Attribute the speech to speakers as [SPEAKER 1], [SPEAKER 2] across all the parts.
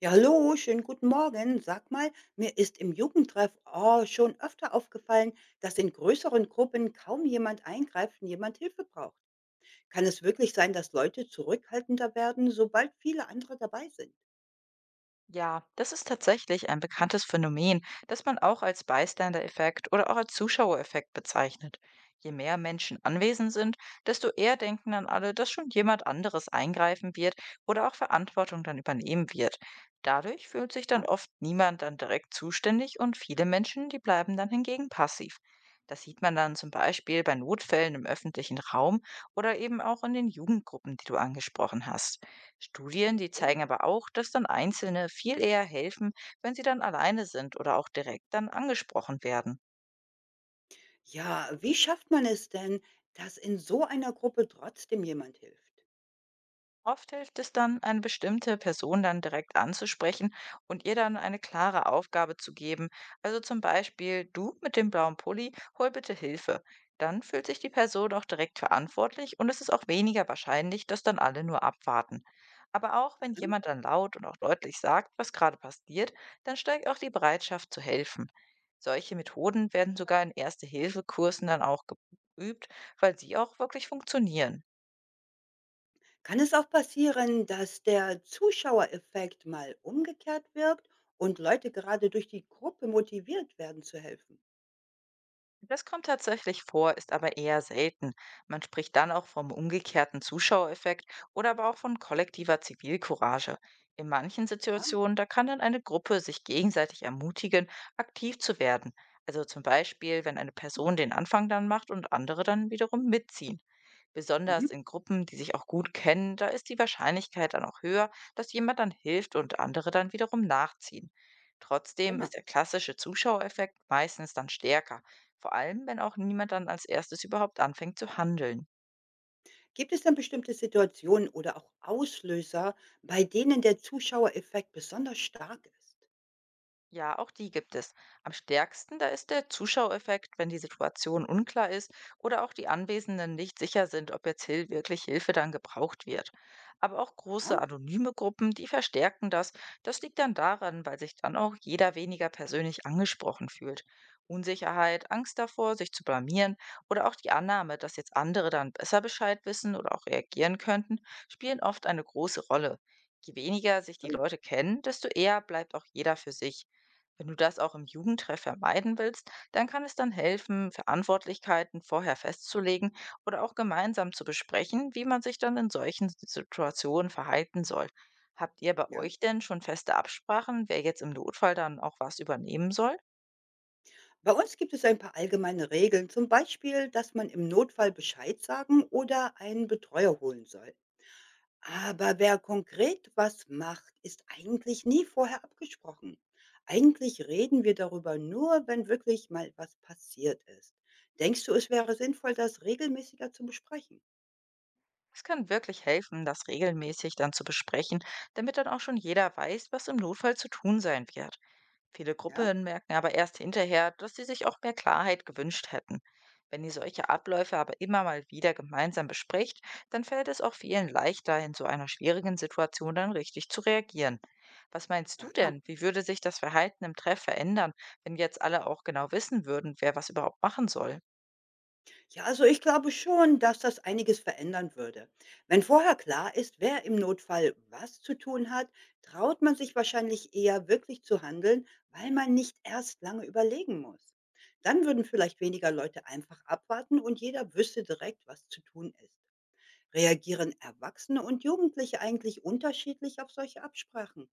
[SPEAKER 1] Ja, hallo, schönen guten Morgen. Sag mal, mir ist im Jugendtreff schon öfter aufgefallen, dass in größeren Gruppen kaum jemand eingreift und jemand Hilfe braucht. Kann es wirklich sein, dass Leute zurückhaltender werden, sobald viele andere dabei sind?
[SPEAKER 2] Ja, das ist tatsächlich ein bekanntes Phänomen, das man auch als Bystander-Effekt oder auch als Zuschauereffekt bezeichnet. Je mehr Menschen anwesend sind, desto eher denken dann alle, dass schon jemand anderes eingreifen wird oder auch Verantwortung dann übernehmen wird. Dadurch fühlt sich dann
[SPEAKER 1] Ja,
[SPEAKER 2] oft niemand dann direkt zuständig und viele Menschen, die bleiben dann hingegen passiv. Das sieht man dann zum Beispiel bei Notfällen im öffentlichen Raum oder eben auch in den Jugendgruppen, die du angesprochen hast. Studien, die
[SPEAKER 1] so.
[SPEAKER 2] zeigen aber auch, dass dann Einzelne viel eher helfen, wenn sie dann alleine sind oder auch direkt dann angesprochen werden.
[SPEAKER 1] Ja, wie schafft man es denn, dass in so einer Gruppe trotzdem jemand hilft?
[SPEAKER 2] Oft hilft es dann, eine bestimmte Person dann direkt anzusprechen und ihr dann eine klare Aufgabe zu geben. Also zum Beispiel, du mit dem blauen Pulli, hol bitte Hilfe. Dann fühlt sich die Person auch direkt verantwortlich und es ist auch weniger wahrscheinlich, dass dann alle nur abwarten. Aber auch wenn
[SPEAKER 1] Ja.
[SPEAKER 2] jemand dann laut und auch deutlich sagt, was gerade passiert, dann steigt auch die Bereitschaft zu helfen. Solche Methoden werden sogar in Erste-Hilfe-Kursen dann auch geübt, weil sie auch wirklich funktionieren.
[SPEAKER 1] Kann es auch passieren, dass der Zuschauereffekt mal umgekehrt wirkt und Leute gerade durch die Gruppe motiviert werden zu helfen?
[SPEAKER 2] Das kommt tatsächlich vor, ist aber eher selten. Man spricht dann auch vom umgekehrten Zuschauereffekt oder aber auch von kollektiver Zivilcourage. In manchen
[SPEAKER 1] Ja?
[SPEAKER 2] Situationen, da kann dann eine Gruppe sich gegenseitig ermutigen, aktiv zu werden. Also zum Beispiel, wenn eine Person den Anfang dann macht und andere dann wiederum mitziehen.
[SPEAKER 1] Mhm.
[SPEAKER 2] Besonders in Gruppen, die sich auch gut kennen, da ist die Wahrscheinlichkeit dann auch höher, dass jemand dann hilft und andere dann wiederum nachziehen. Trotzdem
[SPEAKER 1] Prima.
[SPEAKER 2] ist der klassische Zuschauereffekt meistens dann stärker, vor allem wenn auch niemand dann als erstes überhaupt anfängt zu handeln.
[SPEAKER 1] Gibt es denn bestimmte Situationen oder auch Auslöser, bei denen der Zuschauereffekt besonders stark ist?
[SPEAKER 2] Ja, auch die gibt es. Am stärksten da ist der Zuschaueffekt, wenn die Situation unklar ist oder auch die Anwesenden nicht sicher sind, ob jetzt Hil wirklich Hilfe dann gebraucht wird. Aber auch
[SPEAKER 1] Ja,
[SPEAKER 2] große anonyme Gruppen, die verstärken das. Das liegt dann daran, weil sich dann auch jeder weniger persönlich angesprochen fühlt. Unsicherheit, Angst davor, sich zu blamieren oder auch die Annahme, dass jetzt andere dann besser Bescheid wissen oder auch reagieren könnten, spielen oft eine große Rolle. Je weniger sich die
[SPEAKER 1] so,
[SPEAKER 2] Leute kennen, desto eher bleibt auch jeder für sich. Wenn du das auch im Jugendtreff vermeiden willst, dann kann es dann helfen, Verantwortlichkeiten vorher festzulegen oder auch gemeinsam zu besprechen, wie man sich dann in solchen Situationen verhalten soll. Habt ihr bei
[SPEAKER 1] ja.
[SPEAKER 2] euch denn schon feste Absprachen, wer jetzt im Notfall dann auch was übernehmen soll?
[SPEAKER 1] Bei uns gibt es ein paar allgemeine Regeln, zum Beispiel, dass man im Notfall Bescheid sagen oder einen Betreuer holen soll. Aber wer konkret was macht, ist eigentlich nie vorher abgesprochen. Eigentlich reden wir darüber nur, wenn wirklich mal was passiert ist. Denkst du, es wäre sinnvoll, das regelmäßiger zu besprechen?
[SPEAKER 2] Es kann wirklich helfen, das regelmäßig dann zu besprechen, damit dann auch schon jeder weiß, was im Notfall zu tun sein wird. Viele
[SPEAKER 1] Ja?
[SPEAKER 2] Gruppen merken aber erst hinterher, dass sie sich auch mehr Klarheit gewünscht hätten. Wenn ihr solche Abläufe aber immer mal wieder gemeinsam bespricht, dann fällt es auch vielen leichter, in so einer schwierigen Situation dann richtig zu reagieren. Was meinst du
[SPEAKER 1] Aha.
[SPEAKER 2] denn? Wie würde sich das Verhalten im Treff verändern, wenn jetzt alle auch genau wissen würden, wer was überhaupt machen soll?
[SPEAKER 1] Ja, also ich glaube schon, dass das einiges verändern würde. Wenn vorher klar ist, wer im Notfall was zu tun hat, traut man sich wahrscheinlich eher wirklich zu handeln, weil man nicht erst lange überlegen muss. Dann würden vielleicht weniger Leute einfach abwarten und jeder wüsste direkt, was zu tun ist. Reagieren Erwachsene und Jugendliche eigentlich unterschiedlich auf solche Absprachen?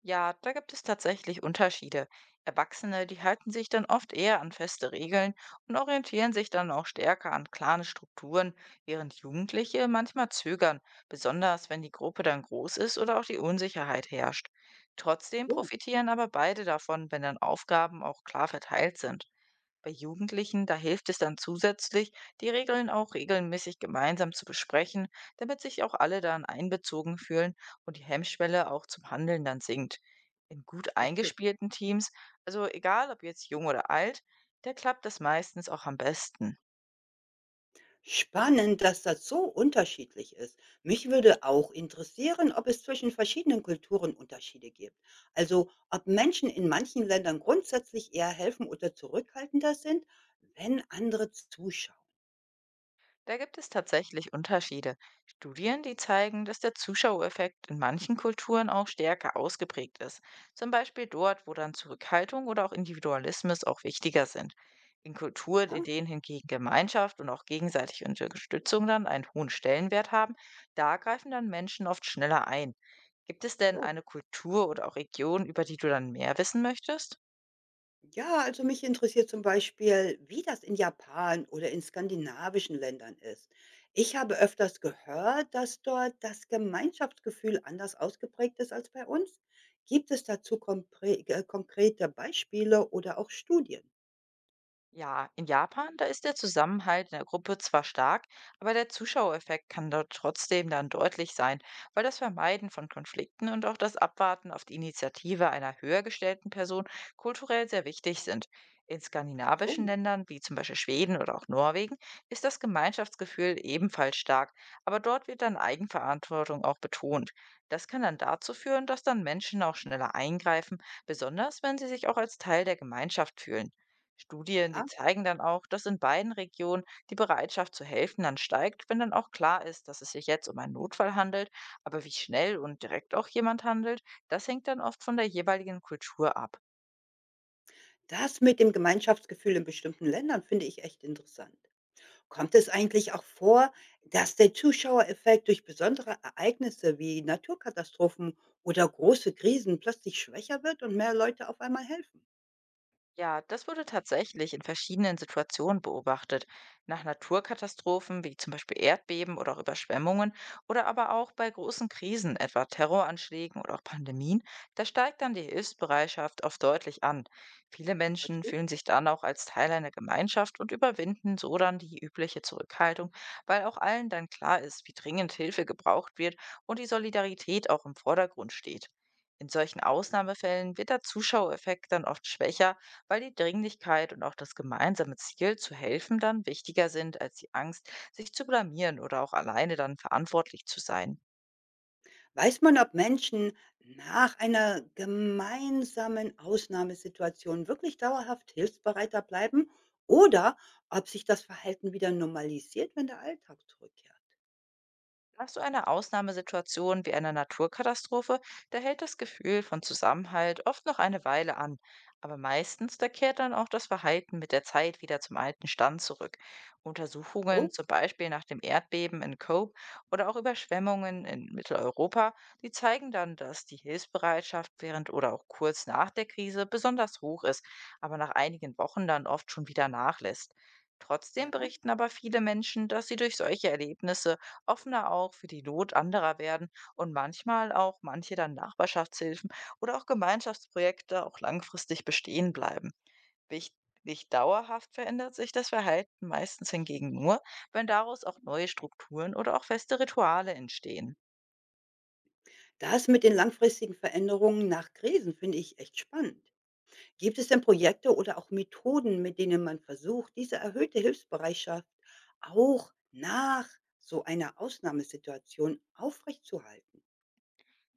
[SPEAKER 2] Ja, da gibt es tatsächlich Unterschiede. Erwachsene, die halten sich dann oft eher an feste Regeln und orientieren sich dann auch stärker an klare Strukturen, während Jugendliche manchmal zögern, besonders wenn die Gruppe dann groß ist oder auch die Unsicherheit herrscht. Trotzdem
[SPEAKER 1] So,
[SPEAKER 2] profitieren aber beide davon, wenn dann Aufgaben auch klar verteilt sind. Bei Jugendlichen, da hilft es dann zusätzlich, die Regeln auch regelmäßig gemeinsam zu besprechen, damit sich auch alle dann einbezogen fühlen und die Hemmschwelle auch zum Handeln dann sinkt. In gut
[SPEAKER 1] richtig.
[SPEAKER 2] eingespielten Teams, also egal ob jetzt jung oder alt, da klappt das meistens auch am besten.
[SPEAKER 1] Spannend, dass das so unterschiedlich ist. Mich würde auch interessieren, ob es zwischen verschiedenen Kulturen Unterschiede gibt. Also, ob Menschen in manchen Ländern grundsätzlich eher helfen oder zurückhaltender sind, wenn andere zuschauen.
[SPEAKER 2] Da gibt es tatsächlich Unterschiede. Studien, die zeigen, dass der Zuschauereffekt in manchen Kulturen auch stärker ausgeprägt ist. Zum Beispiel dort, wo dann Zurückhaltung oder auch Individualismus auch wichtiger sind. In Kulturen,
[SPEAKER 1] Ja,
[SPEAKER 2] in denen hingegen Gemeinschaft und auch gegenseitige Unterstützung dann einen hohen Stellenwert haben, da greifen dann Menschen oft schneller ein. Gibt es denn
[SPEAKER 1] so.
[SPEAKER 2] eine Kultur oder auch Region, über die du dann mehr wissen möchtest?
[SPEAKER 1] Ja, also mich interessiert zum Beispiel, wie das in Japan oder in skandinavischen Ländern ist. Ich habe öfters gehört, dass dort das Gemeinschaftsgefühl anders ausgeprägt ist als bei uns. Gibt es dazu konkrete Beispiele oder auch Studien?
[SPEAKER 2] Ja, in Japan, da ist der Zusammenhalt in der Gruppe zwar stark, aber der Zuschauereffekt kann dort trotzdem dann deutlich sein, weil das Vermeiden von Konflikten und auch das Abwarten auf die Initiative einer höher gestellten Person kulturell sehr wichtig sind. In
[SPEAKER 1] Ach so,
[SPEAKER 2] skandinavischen Ländern wie zum Beispiel Schweden oder auch Norwegen ist das Gemeinschaftsgefühl ebenfalls stark, aber dort wird dann Eigenverantwortung auch betont. Das kann dann dazu führen, dass dann Menschen auch schneller eingreifen, besonders wenn sie sich auch als Teil der Gemeinschaft fühlen. Studien, die
[SPEAKER 1] aha.
[SPEAKER 2] zeigen dann auch, dass in beiden Regionen die Bereitschaft zu helfen dann steigt, wenn dann auch klar ist, dass es sich jetzt um einen Notfall handelt. Aber wie schnell und direkt auch jemand handelt, das hängt dann oft von der jeweiligen Kultur ab.
[SPEAKER 1] Das mit dem Gemeinschaftsgefühl in bestimmten Ländern finde ich echt interessant. Kommt es eigentlich auch vor, dass der Zuschauereffekt durch besondere Ereignisse wie Naturkatastrophen oder große Krisen plötzlich schwächer wird und mehr Leute auf einmal helfen?
[SPEAKER 2] Ja, das wurde tatsächlich in verschiedenen Situationen beobachtet. Nach Naturkatastrophen wie zum Beispiel Erdbeben oder auch Überschwemmungen oder aber auch bei großen Krisen, etwa Terroranschlägen oder auch Pandemien, da steigt dann die Hilfsbereitschaft oft deutlich an. Viele Menschen
[SPEAKER 1] Verstehe.
[SPEAKER 2] fühlen sich dann auch als Teil einer Gemeinschaft und überwinden so dann die übliche Zurückhaltung, weil auch allen dann klar ist, wie dringend Hilfe gebraucht wird und die Solidarität auch im Vordergrund steht. In solchen Ausnahmefällen wird der Zuschauereffekt dann oft schwächer, weil die Dringlichkeit und auch das gemeinsame Ziel zu helfen dann wichtiger sind als die Angst, sich zu blamieren oder auch alleine dann verantwortlich zu sein.
[SPEAKER 1] Weiß man, ob Menschen nach einer gemeinsamen Ausnahmesituation wirklich dauerhaft hilfsbereiter bleiben oder ob sich das Verhalten wieder normalisiert, wenn der Alltag zurückkehrt?
[SPEAKER 2] Nach so einer Ausnahmesituation wie einer Naturkatastrophe, da hält das Gefühl von Zusammenhalt oft noch eine Weile an. Aber meistens, da kehrt dann auch das Verhalten mit der Zeit wieder zum alten Stand zurück. Untersuchungen,
[SPEAKER 1] Oh,
[SPEAKER 2] zum Beispiel nach dem Erdbeben in Cope oder auch Überschwemmungen in Mitteleuropa, die zeigen dann, dass die Hilfsbereitschaft während oder auch kurz nach der Krise besonders hoch ist, aber nach einigen Wochen dann oft schon wieder nachlässt. Trotzdem
[SPEAKER 1] ja.
[SPEAKER 2] berichten aber viele Menschen, dass sie durch solche Erlebnisse offener auch für die Not anderer werden und manchmal auch manche dann Nachbarschaftshilfen oder auch Gemeinschaftsprojekte auch langfristig bestehen bleiben. Wichtig, dauerhaft verändert sich das Verhalten meistens hingegen nur, wenn daraus auch neue Strukturen oder auch feste Rituale entstehen.
[SPEAKER 1] Das mit den langfristigen Veränderungen nach Krisen finde ich echt spannend. Gibt es denn Projekte oder auch Methoden, mit denen man versucht, diese erhöhte Hilfsbereitschaft auch nach so einer Ausnahmesituation aufrechtzuerhalten?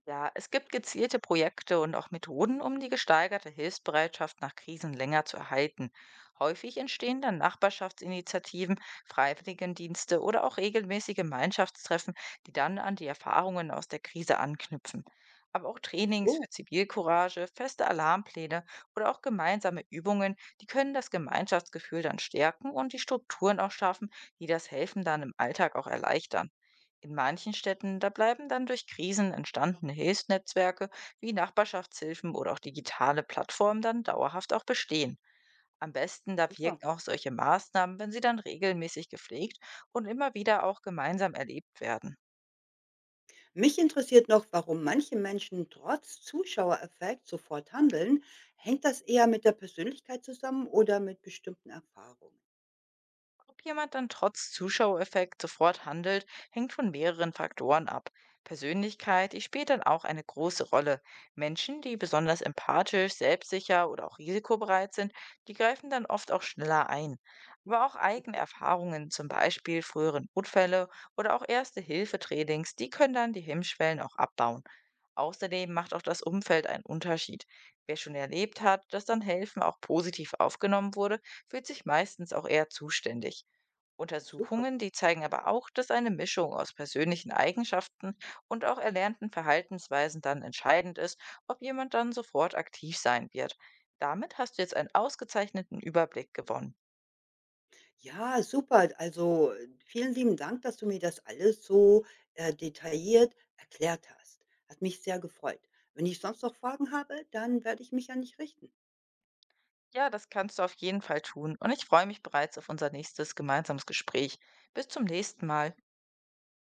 [SPEAKER 2] Ja, es gibt gezielte Projekte und auch Methoden, um die gesteigerte Hilfsbereitschaft nach Krisen länger zu erhalten. Häufig entstehen dann Nachbarschaftsinitiativen, Freiwilligendienste oder auch regelmäßige Gemeinschaftstreffen, die dann an die Erfahrungen aus der Krise anknüpfen. Aber auch Trainings
[SPEAKER 1] So,
[SPEAKER 2] für Zivilcourage, feste Alarmpläne oder auch gemeinsame Übungen, die können das Gemeinschaftsgefühl dann stärken und die Strukturen auch schaffen, die das Helfen dann im Alltag auch erleichtern. In manchen Städten, da bleiben dann durch Krisen entstandene Hilfsnetzwerke wie Nachbarschaftshilfen oder auch digitale Plattformen dann dauerhaft auch bestehen. Am besten, da
[SPEAKER 1] super.
[SPEAKER 2] wirken auch solche Maßnahmen, wenn sie dann regelmäßig gepflegt und immer wieder auch gemeinsam erlebt werden.
[SPEAKER 1] Mich interessiert noch, warum manche Menschen trotz Zuschauereffekt sofort handeln. Hängt das eher mit der Persönlichkeit zusammen oder mit bestimmten Erfahrungen?
[SPEAKER 2] Ob jemand dann trotz Zuschauereffekt sofort handelt, hängt von mehreren Faktoren ab. Persönlichkeit, die spielt dann auch eine große Rolle. Menschen, die besonders empathisch, selbstsicher oder auch risikobereit sind, die greifen dann oft auch schneller ein. Aber auch eigene
[SPEAKER 1] Bitte.
[SPEAKER 2] Erfahrungen, zum Beispiel frühere Notfälle oder auch Erste-Hilfe-Trainings, die können dann die Hemmschwellen auch abbauen. Außerdem macht auch das Umfeld einen Unterschied. Wer schon erlebt hat, dass dann Helfen auch positiv aufgenommen wurde, fühlt sich meistens auch eher zuständig.
[SPEAKER 1] Super.
[SPEAKER 2] Untersuchungen, die zeigen aber auch, dass eine Mischung aus persönlichen Eigenschaften und auch erlernten Verhaltensweisen dann entscheidend ist, ob jemand dann sofort aktiv sein wird. Damit hast du jetzt einen ausgezeichneten Überblick gewonnen.
[SPEAKER 1] Ja, super. Also, vielen lieben Dank, dass du mir das alles so, detailliert erklärt hast. Hat mich sehr gefreut. Wenn ich sonst noch Fragen habe, dann werde ich mich an dich richten.
[SPEAKER 2] Ja, das kannst du auf jeden Fall tun und ich freue mich bereits auf unser nächstes gemeinsames Gespräch. Bis zum nächsten Mal.